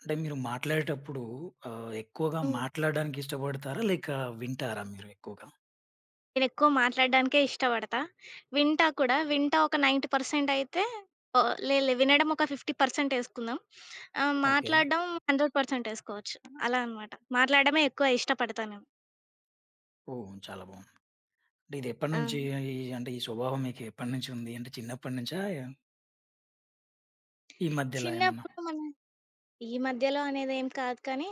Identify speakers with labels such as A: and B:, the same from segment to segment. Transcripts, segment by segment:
A: అంటే మీరు మాట్లాడేటప్పుడు ఎక్కువగా
B: హ్మ్.
A: మాట్లాడడానికి ఇష్టపడతారా? లేక వింటారా మీరు ఎక్కువగా?
B: నేనెక్కువ మాట్లాడడానికే ఇష్టపడతా. వింటా కూడా. వింటా ఒక 90% అయితే ఓహ్! లే లే వినడం ఒక 50% ఏసుకుందాం.
A: ఓకే.
B: మాట్లాడడం 100% ఏసుకోవచ్చు. అలా అనమాట. మాట్లాడడమే ఎక్కువ ఇష్టపడతా నేను.
A: ఓహ్! చాలా బాగుంది. అంటే ఇది
B: ఆ!
A: ఎప్పటినుంచి ఈ స్వభావం మీకు ఎప్పటినుంచి ఉంది? అంటే చిన్నప్పటి నుంచా? ఈ మధ్యలా ఏమన్నా?
B: చిన్నప్పుడు మన ఈ మధ్యలో అనేదేం కాదు కానీ,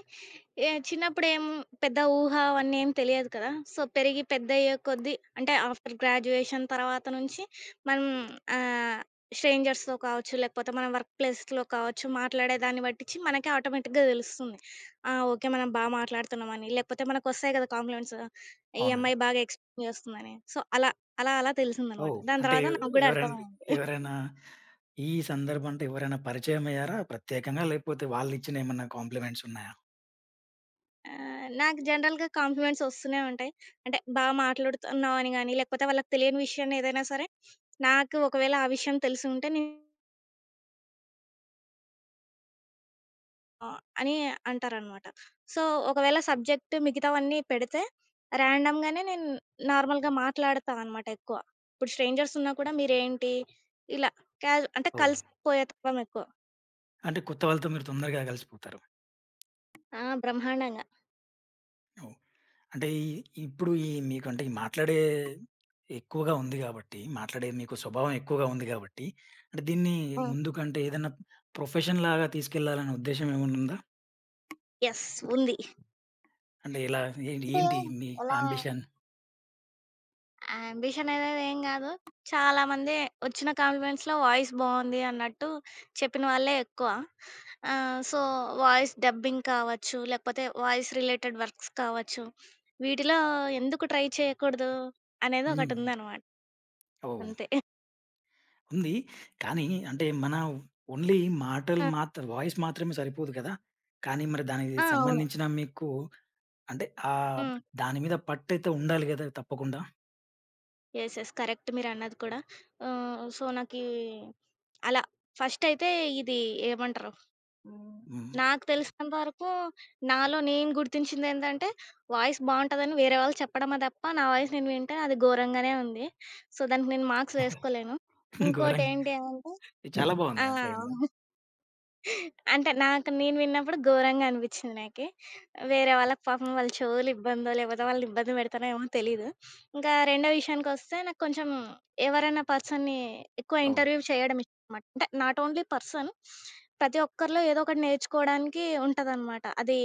B: ఏ చిన్నప్పుడేం పెద్ద ఊహ అవన్నీ ఏం తెలియదు కదా! సో, పెరిగి పెద్దయ్యే కొద్దీ అంటే ఆఫ్టర్ గ్రాడ్యుయేషన్ తర్వాత నుంచి మనం ఆహ్, స్ట్రేంజర్స్‌తో కావచ్చు, లేకపోతే మన వర్క్ ప్లేస్‌లో కావచ్చు, మాట్లాడే దాన్ని బట్టిచ్చి మనకే ఆటోమేటిక్‌గా తెలుస్తుంది. ఆ! ఓకే. మనం బా మాట్లాడుతున్నామని, లేకపోతే మనకొస్తాయి కదా కాంప్లిమెంట్స్. ఈ అమ్మాయి
A: అవునండి.
B: బాగా ఎక్స్‌ప్లెయిన్ చేస్తుందని. సో, అలా తెలిసిందనమాట.
A: ఓహ్!
B: దాని
A: అంటే
B: తర్వాత నాకు గూడా
A: ఎవరైనా
B: అర్థమయింది.
A: ఎవరైనా ఈ సందర్భం అంటే ఎవరైనా పరిచయం అయ్యారా ప్రత్యేకంగా? లేకపోతే వాళ్ళిచ్చిన ఏమన్నా కాంప్లిమెంట్స్ ఉన్నాయా?
B: నాకు జనరల్‌గా కాంప్లిమెంట్స్ ఒస్తూనే ఉంటాయి. అంటే బా మాట్లాడుతున్నావు అని గాని, లేకపోతే వాళ్ళకి తెలియని విషయాన్ని ఏదైనా సరే, నాకు ఒకవేళ ఆ విషయం తెలిసి ఉంటే నేను అని అంటారనమాట. సో, ఒకవేళ సబ్జెక్ట్ మిగతావన్నీ పెడితే ర్యాండమ్‌గానే నేను నార్మల్‌గా మాట్లాడతా అనమాట ఎక్కువ. ఇప్పుడు స్ట్రేంజర్స్ ఉన్నా కూడా మీరేంటి ఇలా క్యాజు అంటే
A: ఓహ్!
B: కలిసిపోయే తత్వం ఎక్కువ.
A: అంటే కొత్త వాళ్ళతో మీరు తొందరగా కలిసిపోతారు.
B: ఆ! బ్రహ్మాండంగా.
A: ఓహ్! అంటే ఈ ఇప్పుడు ఈ మీకంటే ఈ మాట్లాడే ఎక్కువగా ఉంది కాబట్టి, మాట్లాడే మీకు స్వభావం ఎక్కువగా ఉంది కాబట్టి, అంటే దీన్ని
B: హ్మ్.
A: ముందు కంటే ఏదైనా ప్రొఫెషన్‌లాగా తీసుకెళ్లాలనే ఉద్దేశ్యం ఏమైనా ఉందా?
B: యెస్ ఉంది.
A: అంటే ఎలా ఏ
B: అంటే
A: ఏంటి మీ
B: ఎలా
A: అంబిషన్?
B: యాంబిషన్ అనేది ఏం గాదు. చాలామంది వచ్చిన కాంప్లిమెంట్స్‌లో వాయిస్ బావుంది అన్నట్టు చెప్పిన వాళ్ళే ఎక్కువ. సో, వాయిస్ డబ్బింగ్ కావచ్చు, లేకపోతే వాయిస్ రిలేటెడ్ వర్క్స్ కావచ్చు. వీటిలో ఎందుకు ట్రై చేయకూడదు అనేది
A: హ్మ్.
B: ఒకటుందనమాట
A: ఓహ్!
B: అంతే.
A: ఉంది. కానీ అంటే మన ఓన్లీ మాటలు
B: ఆ!
A: మాత్ర వాయిస్ మాత్రమే సరిపోదు కదా! కానీ మరి దానికి
B: ఆ! అవును.
A: సంబంధించిన మీకు అంటే
B: హ్మ్.
A: దాని మీద పట్టయితే ఉండాలి కదా! తప్పకుండా.
B: యెస్. యెస్. కరెక్ట్ మీరన్నది కూడా. సో, నాకీ అలా ఫస్టయితే ఇది ఏమంటరు? హ్మ్.
A: హ్మ్.
B: నాకు తెలిసినంత వరకు నాలో నేను గుర్తించిందేంటంటే, వాయిస్ బావుంటదని వేరే వాళ్ళు చెప్పడమే తప్ప, నా వాయిస్ నేను వింటే అది ఘోరంగానే ఉంది. సో, దానికి నేను మార్క్స్ వేసుకోలేను.
A: ఘోరంగా
B: ఇంకోటేంటి అంటే
A: ఇది చాలా
B: ఆ!
A: బావుంది. అట్లా ఏం లేదు.
B: అంటే నాకు నేను విన్నప్పుడు ఘోరంగా అనిపిచ్చింది నాకి. వేరే వాళ్ళకి పాపం వాళ్ళ చెవులు ఇబ్బందో, లేకపోతే వాళ్ళని ఇబ్బంది పెడతానో ఏమో తెలీదు. ఇంకా రెండో విషయానికొస్తే నాకు కొంచెం ఎవరైనా పర్సన్‌ని ఎక్కువ
A: ఓహ్!
B: ఇంటర్వ్యూ చేయడం ఇష్టమనమాట. అంటే నాట్ ఓన్లీ పర్సన్. ప్రతి ఒక్కరిలో ఏదో ఒకటి నేర్చుకోవడానికి ఉంటదనమాట. అది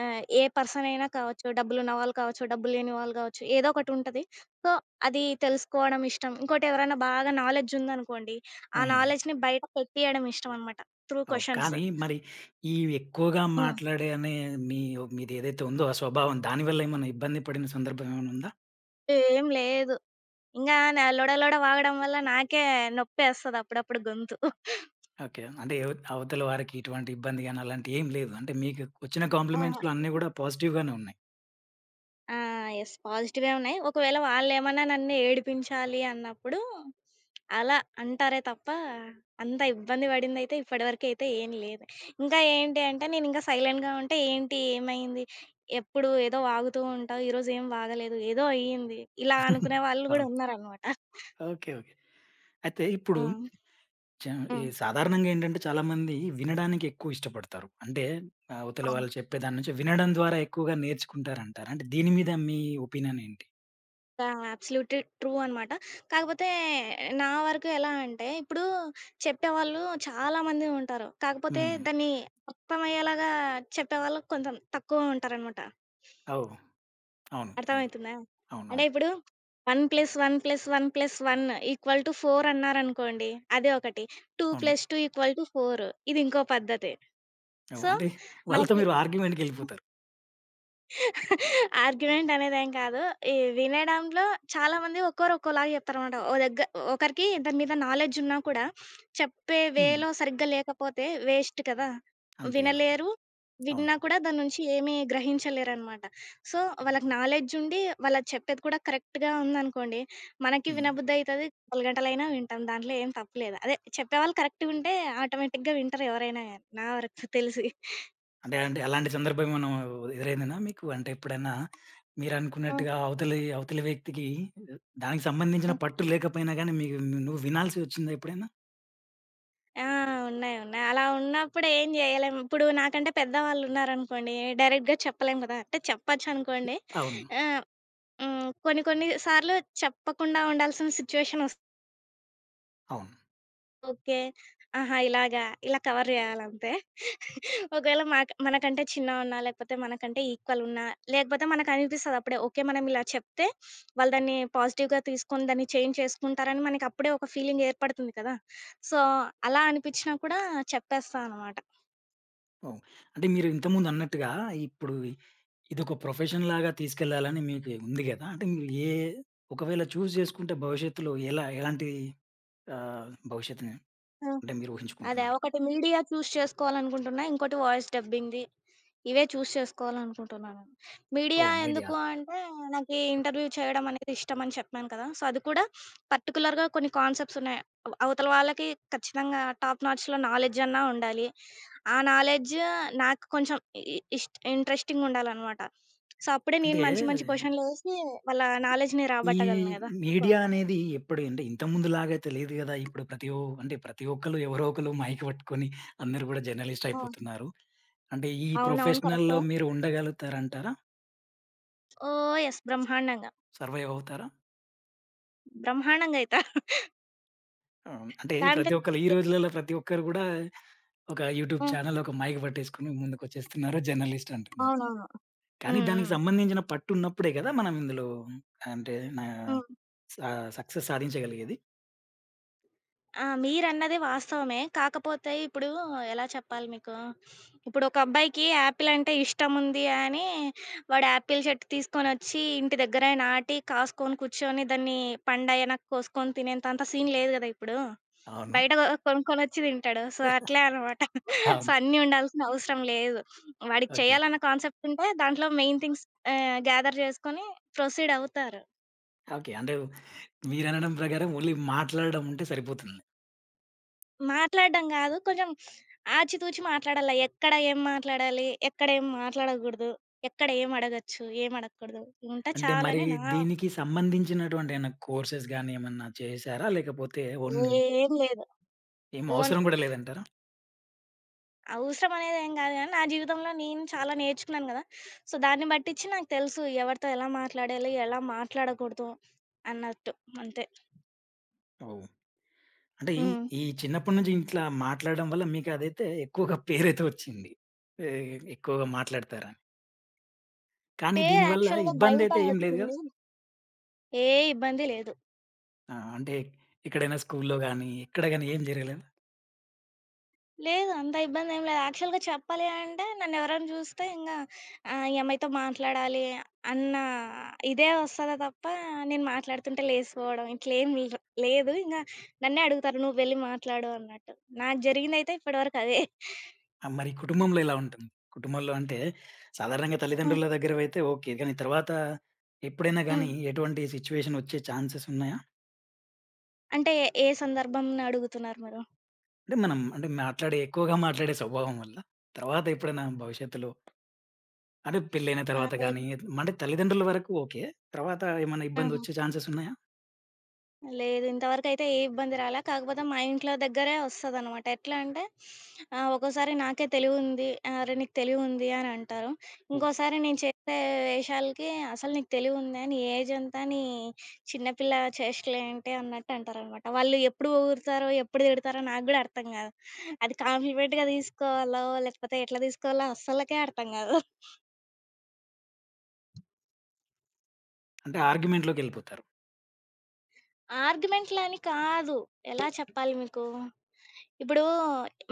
B: ఏ పర్సన్ అయినా కావచ్చు, డబ్బులున్న వాళ్ళు కావచ్చు, డబ్బు లేని వాళ్ళు కావచ్చు, ఏదో ఒకటుంటది. సో, అది తెలుసుకోవడం ఇష్టం. ఇంకోటి ఎవరైనా బాగా నాలెడ్జ్ ఉందనుకోండి, ఆ
A: హ్మ్.
B: నాలెడ్జ్‌ని బయట పెట్టియడం ఇష్టమనమాట. త్రూ
A: ఓహ్!
B: క్వెషన్స్.
A: కానీ మరి ఈ ఎక్కువగా
B: ఆ!
A: మాట్లాడే అనే మీ మీదేదైతే ఉందో ఆ స్వభావం దానివల్ల ఏమన్నా ఇబ్బంది పడిన సందర్భం ఏమైనా ఉందా?
B: ఏం లేదు. ఇంగా నా లొడ లొడ వాగడం వల్ల నాకే నొప్పేస్తది అప్పుడప్పుడు గొంతు.
A: ఓకే. అంటే అవతల వారికి ఇటువంటి ఇబ్బంది గాని అలాంటివి ఏం లేదు. అంటే మీకు వచ్చిన
B: ఆహా!
A: కాంప్లిమెంట్స్‌లో అన్నీ గూడా పాజిటివ్ గానే ఉన్నాయి.
B: ఆ! యెస్. పాజిటివే ఉన్నాయి. ఒకవేళ వాళ్ళేమన్నా నన్ను ఏడిపించాలి అన్నప్పుడు అలా అంటారే తప్ప అంత ఇబ్బంది పడిందయితే ఇప్పటివరకైతే ఏం లేదు. ఇంకా ఏంటి అంటే నేనింకా సైలెంట్‌గా ఉంటే ఏంటి ఏమైంది? ఎప్పుడు ఏదో వాగుతూ ఉంటావు. ఈరోజు ఏం వాగలేదు. ఏదో అయ్యింది. ఇలా అనుకునే వాళ్ళు గూడా
A: అవును.
B: ఉన్నారనమాట.
A: ఓకే. ఓకే. అయితే ఇప్పుడు
B: ఆ!
A: చ ఈ
B: హ్మ్.
A: సాధారణంగా ఏంటంటే చాలామంది వినడానికి ఎక్కువ ఇష్టపడతారు. అంటే అవతల
B: అవును.
A: వాళ్ళు చెప్పే దాని నుంచి వినడం ద్వారా ఎక్కువగా నేర్చుకుంటారంటారు. అంటే దీని మీద మీ ఒపీనియన్ ఏంటి?
B: ఆ! అబ్సల్యూట్‌లీ ట్రూ అనమాట. కాకపోతే నా వరకు ఎలా అంటే, ఇప్పుడు చెప్పేవాళ్ళు చాలా మంది ఉంటారు. కాకపోతే
A: హ్మ్.
B: దాన్ని అర్థమయ్యేలాగా చెప్పేవాళ్ళు కొంచెం తక్కువ ఉంటారనమాట.
A: ఓహ్! అవును. అదే.
B: అర్థమవుతుందా? అంటే
A: అవునవును.
B: ఇప్పుడు 1+1+1+1 = 4 అన్నారనుకోండి, అది ఒకటి.
A: అవును.
B: 2+2 = 4 ఇది ఇంకో పద్ధతి.
A: ఓహ్!
B: సో,
A: అంటే వాళ్ళతో
B: మనకి
A: మీరు ఆర్గ్యుమెంట్‌కెళ్ళిపోతారు.
B: ఆర్గ్యుమెంట్ అనేదేం కాదు. ఈ వినడంలో చాలామంది ఒక్కోరు ఒక్కోలాగా చెప్తారనమాట. ఓ దగ్గ ఒకరికి దాని మీద నాలెడ్జ్ ఉన్నా కూడా చెప్పే
A: హ్మ్.
B: వేలో సరిగ్గా లేకపోతే వేస్ట్ కదా!
A: అంతే గదా!
B: వినలేరు.
A: అవును.
B: విన్నా కూడా దాని నుంచి ఏమీ గ్రహించలేరనమాట. సో, వాళ్ళకి నాలెడ్జ్ ఉండి వాళ్ళు చెప్పేది కూడా కరెక్ట్‌గా ఉందనుకోండి, మనకి
A: హ్మ్.
B: వినబుద్ధయితది. గంటలగంటలైనా వింటాం. దాంట్లో ఏం తప్పులేదు. అదే చెప్పేవాళ్ళు కరెక్ట్‌గుంటే ఆటోమేటిక్‌గా వింటారు ఎవరైనా గానీ నా వరకు తెలిసి.
A: అంటే అంటే అలాంటి సందర్భం ఏమన్నా ఎదురైందేనా మీకు? అంటే ఎప్పుడైనా
B: హ్మ్.
A: మీరనుకున్నట్టుగా అవతలి అవతలి వ్యక్తికి దానికి సంబంధించిన
B: హ్మ్.
A: పట్టు లేకపోయినా గానీ మీకు నువ్వు వినాల్సి వచ్చిందా ఎప్పుడైనా?
B: ఆ! ఉన్నాయి. ఉన్నాయి. అలా ఉన్నప్పుడు ఏం జేయలేం. ఇప్పుడు నాకంటే పెద్దవాళ్ళున్నారనుకోండి, డైరెక్ట్‌గా చెప్పలేం గదా! అంటే చెప్పొచ్చనుకోండి.
A: అవును.
B: ఆహ్, హ్మ్. కొన్ని కొన్ని సార్లు చెప్పకుండా ఉండాల్సిన సిచ్యువేషనొస్తుంది.
A: అవును.
B: ఓకే. ఆహా! ఇలాగా ఇలా కవర్ జేయాలంతే. ఒకవేళ మాక్ మనకంటే చిన్నవున్నా, లేకపోతే మనకంటే ఈక్వలున్నా, లేకపోతే మనకనిపిస్తది అప్పుడే, ఓకే. మనం ఇలా చెప్తే వాళ్ళు దాన్ని పాజిటివ్‌గా తీసుకొని దాన్ని చేంజ్ చేసుకుంటారని మనకప్పుడే ఒక ఫీలింగ్ ఏర్పడుతుంది కదా! సో, అలా అనిపిచ్చినా కూడా చెప్పేస్తా అనమాట.
A: అవును. అంటే మీరు ఇంతకుముందు అన్నట్టుగా ఇప్పుడు ఇదొక ప్రొఫెషన్ లాగా తీసుకెళ్ళాలని మీకు ఉంది గదా! అంటే మీరు ఒకవేళ చూజ్ చేసుకుంటే భవిష్యత్తులో ఎలా ఎలాంటి భవిష్యత్తుని అంటే మీరు
B: అదా!
A: ఊహించుకుంటున్నారు?
B: ఒకటి మీడియా చూస్ చేసుకోవాలనుకుంటున్నా. ఇంకోటి వాయిస్ డబ్బింగ్‌ది. ఇవే చూస్ చేసుకోవాలనుకుంటున్నాను. మీడియా
A: ఓహ్! మీడియా.
B: ఎందుకు అంటే, నాకీ ఇంటర్వ్యూ చేయడం అనేది ఇష్టమని చెప్పాను కదా! సో, అది కూడా పర్టిక్యులర్‌గా కొన్ని కాన్సెప్ట్స్ ఉన్నాయి. అవ్ అవతల వాళ్ళకి ఖచ్చితంగా టాప్ నాచ్‌లో నాలెడ్జ్ అన్నా ఉండాలి. ఆ నాలెడ్జ్ నాకు కొంచెం ఇ ఇ ఇష్ట్ ఇంట్రెస్టింగ్ ఉండాలనమాట. సో, అప్పుడే
A: అంటే
B: నేను మంచి మంచి క్వెషన్‌లేసి వాళ్ళ నాలెడ్జ్‌ని
A: ఈ
B: రాబట్టగలను గదా! సో,
A: మీడియా
B: అట్లా.
A: అనేది ఎప్పుడు అంటే ఇంతకుముందులాగా అయితే లేదు గదా! ఇప్పుడు ప్రతి ఒ అంటే ప్రతి ఒక్కళ్ళు ఎవరో ఒకళ్ళు మైక్ పట్టుకొని అందరూ గూడా జర్నలిస్ట్
B: ఆ!
A: అయిపోతున్నారు. అంటే ఈ
B: అవునవును.
A: ప్రొఫెషనల్‌లో
B: కరెక్టే.
A: మీరు ఉండగలుగుతారంటారా?
B: ఓహ్! యెస్. బ్రహ్మాండంగా.
A: సర్వైవ్ అవుతారా?
B: బ్రహ్మాండంగా అయితే.
A: అంటే
B: దాంట్లో
A: ప్రతి ఒక్కళ్ళు ఈ రోజులలో ప్రతి ఒక్కరు గూడా ఒక యూట్యూబ్
B: హ్మ్.
A: ఛానెల్, ఒక మైక్ పట్టేసుకొని ముందుకొచ్చేస్తున్నారు. జర్నలిస్ట్ అంటున్నారు.
B: అవునవును.
A: కానీ
B: హ్మ్.
A: దానికి
B: హ్మ్.
A: సంబంధించిన పట్టు ఉన్నప్పుడే గదా! మనం ఇందులో అంటే నా
B: హ్మ్.
A: స సక్సెస్ సాధించగలిగేది.
B: ఆ! మీరన్నది వాస్తవమే. కాకపోతే ఇప్పుడు ఎలా చెప్పాలి మీకు? ఇప్పుడు ఒక అబ్బాయికి యాపిల్ అంటే ఇష్టముంది అని వాడు యాపిల్ చెట్టు తీసుకొనొచ్చి ఇంటి దగ్గర నాటి, కాసుకొని కూర్చొని దాన్ని పండయ్యేనాక కోసుకొని తినేంత అంత సీన్ లేదు గదా! ఇప్పుడు.
A: అవును.
B: బయట కొనుక్కొనొచ్చి తింటాడు. సో, అట్లే అనమాట. సో,
A: అవును.
B: అన్నీ ఉండాల్సిన అవసరం లేదు. వాడికి
A: ఓకే.
B: చేయాలన్న కాన్సెప్ట్ ఉంటే దాంట్లో మెయిన్ థింగ్స్ గ్యాదర్ జేసుకొని ప్రొసీడ్ అవుతారు.
A: ఓకే. అంటే మీరనడం ప్రకారం ఓన్లీ మాట్లాడడం ఉంటే సరిపోతుంది.
B: మాట్లాడడం గాదు. కొంచెం ఆచితూచి మాట్లాడాల. ఎక్కడ ఏం మాట్లాడాలి? ఎక్కడ ఏం మాట్లాడగూడదు? ఎక్కడ ఏం అడగొచ్చు? ఏం అడగకూడదు? ఉంటే
A: అంటే మరి
B: చాలని నా
A: దీనికి సంబంధించినటువంటి ఏమైనా కోర్సెస్ గాని ఏమన్నా చేశారా? లేకపోతే ఓన్లీ
B: ఏం లేదు.
A: ఏం
B: ఓన్
A: అవసరం కూడా లేదంటారా?
B: అవసరం అనేది ఏం గాదు గానీ, నా జీవితంలో నేను చాలా నేర్చుకున్నాను గదా! సో, దాన్ని బట్టిచ్చి నాకు తెలుసు ఎవరితో ఎలా మాట్లాడాలి? ఎలా మాట్లాడకూడదు? అన్నట్టు అంతే.
A: ఓహ్! అంటే ఈ
B: హ్మ్.
A: ఈ చిన్నప్పటి నుంచి ఇట్లా మాట్లాడడం వల్ల మీకు అదైతే ఎక్కువగా పేరైతే వచ్చింది. ఎ ఎక్కువగా మాట్లాడతారని. కానీ
B: పేరు
A: దీనివల్ల
B: యాక్చువల్‌గా బయట
A: ఇబ్బందైతే ఏం లేదు గదా?
B: వచ్చింది. ఏ ఇబ్బంది లేదు.
A: ఆ! అంటే ఎక్కడైనా స్కూల్‌లో గాని, ఎక్కడ గాని ఏం జరగలేదా?
B: లేదు. అంత ఇబ్బందేం లేదు. యాక్చువల్‌గా చెప్పాలి అంటే నన్నెవరైనా చూస్తే ఇంగ ఈ అమ్మాయితో మాట్లాడాలి అన్న ఇదే వస్తదే తప్ప, నేను మాట్లాడుతుంటే లేసిపోవడం ఇట్లేం లేదు. ఇంగ నన్నే అడుగుతారు "నువ్వు వెళ్లి మాట్లాడు" అన్నట్టు. నాకు జరిగిందయితే ఇప్పటివరకు అదే.
A: ఆ! మరి కుటుంబంలో ఎలా ఉంటుంది? కుటుంబంలో అంటే సాధారణంగా
B: హ్మ్.
A: తల్లిదండ్రుల దగ్గరవైతే ఓకే. కానీ తర్వాత ఎప్పుడైనా
B: హ్మ్.
A: గానీ ఎటువంటి సిట్యుయేషన్ వచ్చే ఛాన్సెస్ ఉన్నాయా?
B: అంటే ఏ సందర్భంన అడుగుతున్నారు మీరు?
A: అంటే మనం అంటే మాట్లాడే ఎక్కువగా మాట్లాడే స్వభావం వల్ల తర్వాత ఎప్పుడైనా భవిష్యత్తులో అంటే పెళ్లైన
B: ఆహ్,
A: తర్వాత
B: ఎ
A: గానీ అంటే తల్లిదండ్రుల వరకు ఓకే. తర్వాత ఏమైనా
B: ఆహా!
A: ఇబ్బందొచ్చే ఛాన్సెస్ ఉన్నాయా?
B: లేదు. ఇంతవరకైతే ఏ ఇబ్బంది రాలా. కాకపోతే మా ఇంట్లో దగ్గరే ఒస్తదనమాట. ఎట్లా అంటే ఒక్కోసారి నాకే తెలివుంది, "అరె! నీకు తెలివుంది" అని అంటారు.
A: ఓహ్!
B: ఇంకోసారి నేను చేసే వేషాలకి, "అసలు నీకు తెలివుందా? నీ ఏజ్ ఎంత? నీ చిన్నపిల్ల చేష్టలేంటి?" అన్నట్టు అంటారనమాట. వాళ్ళు ఎప్పుడు పొగుడుతారో, ఎప్పుడు తిడతారో నాకు గూడా అర్థం గాదు. అది కాంప్లిమెంట్‌గా తీసుకోవాలో, లేకపోతే ఎట్లా తీసుకోవాలో అస్సలకే అర్థం గాదు.
A: అంటే ఆర్గ్యుమెంట్‌లోకెళ్ళిపోతారు.
B: ఆర్గ్యుమెంట్‌లని కాదు. ఎలా చెప్పాలి మీకు? ఇప్పుడు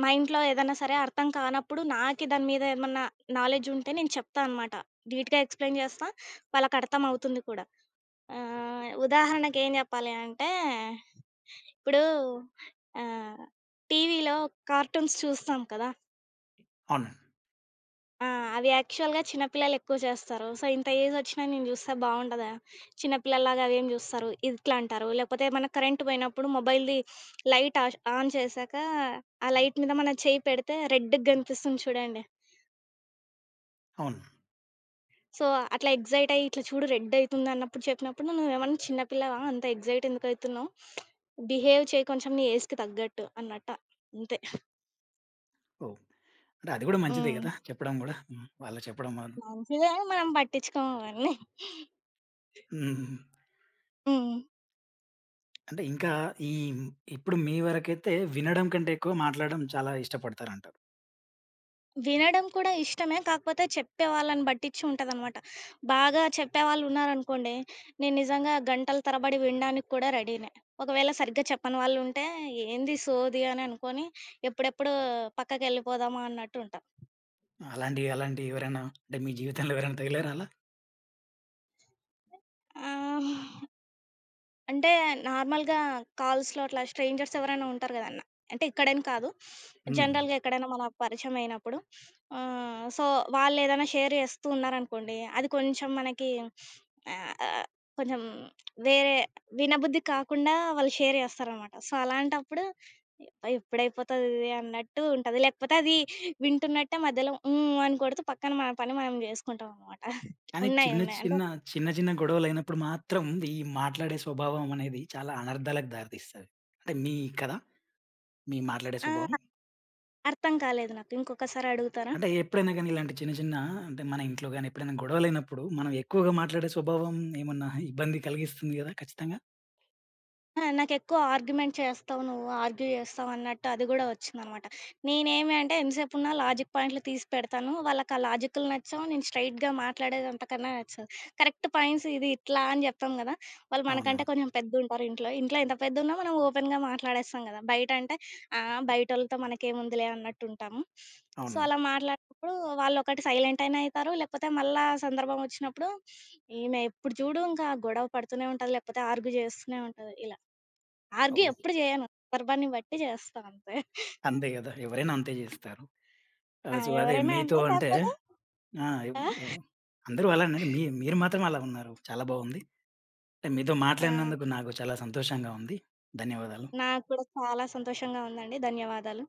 B: మా ఇంట్లో ఏదన్నా సరే అర్థం కానప్పుడు నాకి దాని మీద ఏమన్నా నాలెడ్జ్ ఉంటే నేను చెప్తా అనమాట. నీట్‌గా ఎక్స్‌ప్లెయిన్ చేస్తా. వాళ్ళకి అర్థం అవుతుంది కూడా. ఉదాహరణకి ఏం చెప్పాలి అంటే ఇప్పుడు ఆహ్, టీవీలో కార్టూన్స్ చూస్తాం కదా!
A: అవునండి.
B: ఆ! అవి యాక్చువల్‌గా చిన్న పిల్లలెక్కువ చేస్తారు. సో, ఇంత ఏజొచ్చినా నేను జూస్తే బావుండదా? చిన్న పిల్లల్లాగా అవేం జూస్తారు? ఇట్లంటారు. లేకపోతే ఏమన్నా కరెంట్ బోయినప్పుడు మొబైల్‌ది లైట్ ఆష్ ఆన్ చేశాక, ఆ లైట్ మీద మన చెయ్యి పెడితే రెడ్‌గా గనిపిస్తుంది చూడండి.
A: అవును.
B: సో, అట్లా ఎక్సైట్ అయ్యి ఇట్లా చూడు రెడ్డయితుందన్నప్పుడు చెప్పినప్పుడు నువ్వేమన్నా చిన్న పిల్లవా? అంత ఎక్సైట్ ఎందుకయితున్నావు? బిహేవ్ చెయ్యి కొంచెం నీ ఏజ్‌కి తగ్గట్టు అన్నట్టు. అంతే.
A: ఓహ్! అంటే అది గూడా మంచిదే
B: హ్మ్.
A: గదా! చెప్పడం గూడా. హ్మ్. వాళ్ళు చెప్పడం వల్ల.
B: మంచిదే మనం పట్టించుకోమవన్నీ.
A: హ్మ్.
B: హ్మ్.
A: అంటే ఇంకా ఈ ఇప్పుడు మీ వరకైతే వినడం కంటే ఎక్కువ మాట్లాడడం చాలా ఇష్టపడతారంటారు.
B: వినడం కూడా ఇష్టమే. కాకపోతే చెప్పే వాళ్ళని బట్టిచ్చి ఉంటదనమాట. బాగా చెప్పేవాళ్ళున్నారనుకోండి, నేను నిజంగా గంటల తరబడి వినడానికి కూడా రెడీనే. ఒకవేళ సరిగ్గా చెప్పని వాళ్ళుంటే, ఏంది సోది అని అనుకోని, ఎప్పుడెప్పుడు పక్కకెళ్ళిపోదామా అన్నట్టు ఉంటా.
A: అలాంటి అలాంటి ఎవరైనా అంటే మీ జీవితంలో ఎవరైనా తగిలారా అలా?
B: ఆ! అంటే నార్మల్‌గా కాల్స్‌లో అట్లా స్ట్రేంజర్స్ ఎవరైనా ఉంటారు గదన్న. అంటే ఇక్కడని కాదు.
A: హ్మ్.
B: జనరల్‌గా ఎక్కడైనా మన పరిచయం అయినప్పుడు సో, వాళ్ళేదైనా షేర్ చేస్తూ ఉన్నారనుకోండి, అది కొంచెం మనకి ఆహ్, కొంచెం వేరే వినబుద్ధి కాకుండా వాళ్ళు షేర్ చేస్తారనమాట. సో, అలాంటప్పుడు "అబ్బా! ఎప్పుడైపోతది ఇది" అన్నట్టు ఉంటది. లేకపోతే అది వింటున్నట్టే మధ్యలో హ్మ్. అని కొడుతూ పక్కన మన పని మనం జేసుకుంటామనమాట.
A: కానీ
B: ఉన్నాయి, ఉన్నాయి. అంటే
A: చిన్న చిన్న గొడవలైనప్పుడు మాత్రం ఈ మాట్లాడే స్వభావం అనేది చాలా అనర్థాలకు దారితీస్తది. అంటే మీ కదా! మీ మాట్లాడే
B: ఆ!
A: స్వభావం.
B: అర్థం కాలేదు నాకు. ఇంకొకసారి అడుగుతారా?
A: అంటే ఎప్పుడైనా గానీ ఇలాంటి చిన్న చిన్న అంటే మన ఇంట్లో గానీ ఎప్పుడైనా గొడవలైనప్పుడు మనం ఎక్కువగా మాట్లాడే స్వభావం ఏమన్నా ఇబ్బంది కలిగిస్తుంది గదా! ఖచ్చితంగా.
B: ఆ! నాకెక్కువ ఆర్గ్యుమెంట్ చేస్తావు నువ్వు, ఆర్గ్యూ చేస్తావు అన్నట్టు అది గూడా ఒచ్చిందనమాట. నేనేమి అంటే ఎంతసేపున్నా లాజిక్ పాయింట్లు తీసి పెడతాను. వాళ్ళకా లాజిక్కులు నచ్చవు. నేను స్ట్రెయిట్‌గా మాట్లాడేది అంతకన్నా నచ్చదు. కరెక్ట్ పాయింట్స్ ఇది ఇట్లా అని జెప్పాం గదా! వాళ్ళు
A: అవును.
B: మనకంటే కొంచెం పెద్దుంటారు ఇంట్లో. ఇంట్లో ఎంత పెద్దున్నా మనం ఓపెన్‌గా మాట్లాడేస్తాం గదా! బయట అంటే ఆ! బయటోళ్ళతో మనకేముందిలే అన్నట్టుంటాము. సో,
A: అవును.
B: అలా మాట్లాడినప్పుడు వాళ్ళొకటి సైలెంట్ అయినా అయితారు. లేకపోతే మళ్ళా సందర్భం ఒచ్చినప్పుడు ఈమె ఎప్పుడు జూడు ఇంకా గొడవ పడుతూనే ఉంటది. లేకపోతే ఆర్గ్యూ జేస్తూనే ఉంటది ఇలా. ఆర్గ్యూ
A: ఓహ్!
B: ఎప్పుడు జేయను. సందర్భాన్ని బట్టి చేస్తా అంతే.
A: అంతే గదా! ఎవరైనా అంతే జేస్తారు. ఆ!
B: ఆ!
A: సో, అదే
B: ఎవరైనా
A: మీతో
B: అంతే
A: అంటే
B: కాకపోతే
A: ఆ! ఎవ్
B: ఆ!
A: ఎవ్ అందరూ అలానండి. మీరు మాత్రం అలా ఉన్నారు. చాలా బావుంది. అంటే మీతో
B: ఆ!
A: మాట్లాడినందుకు నాకు చాలా సంతోషంగా ఉంది. ధన్యవాదాలు.
B: నాకు కూడా చాలా సంతోషంగా ఉందండి. ధన్యవాదాలు.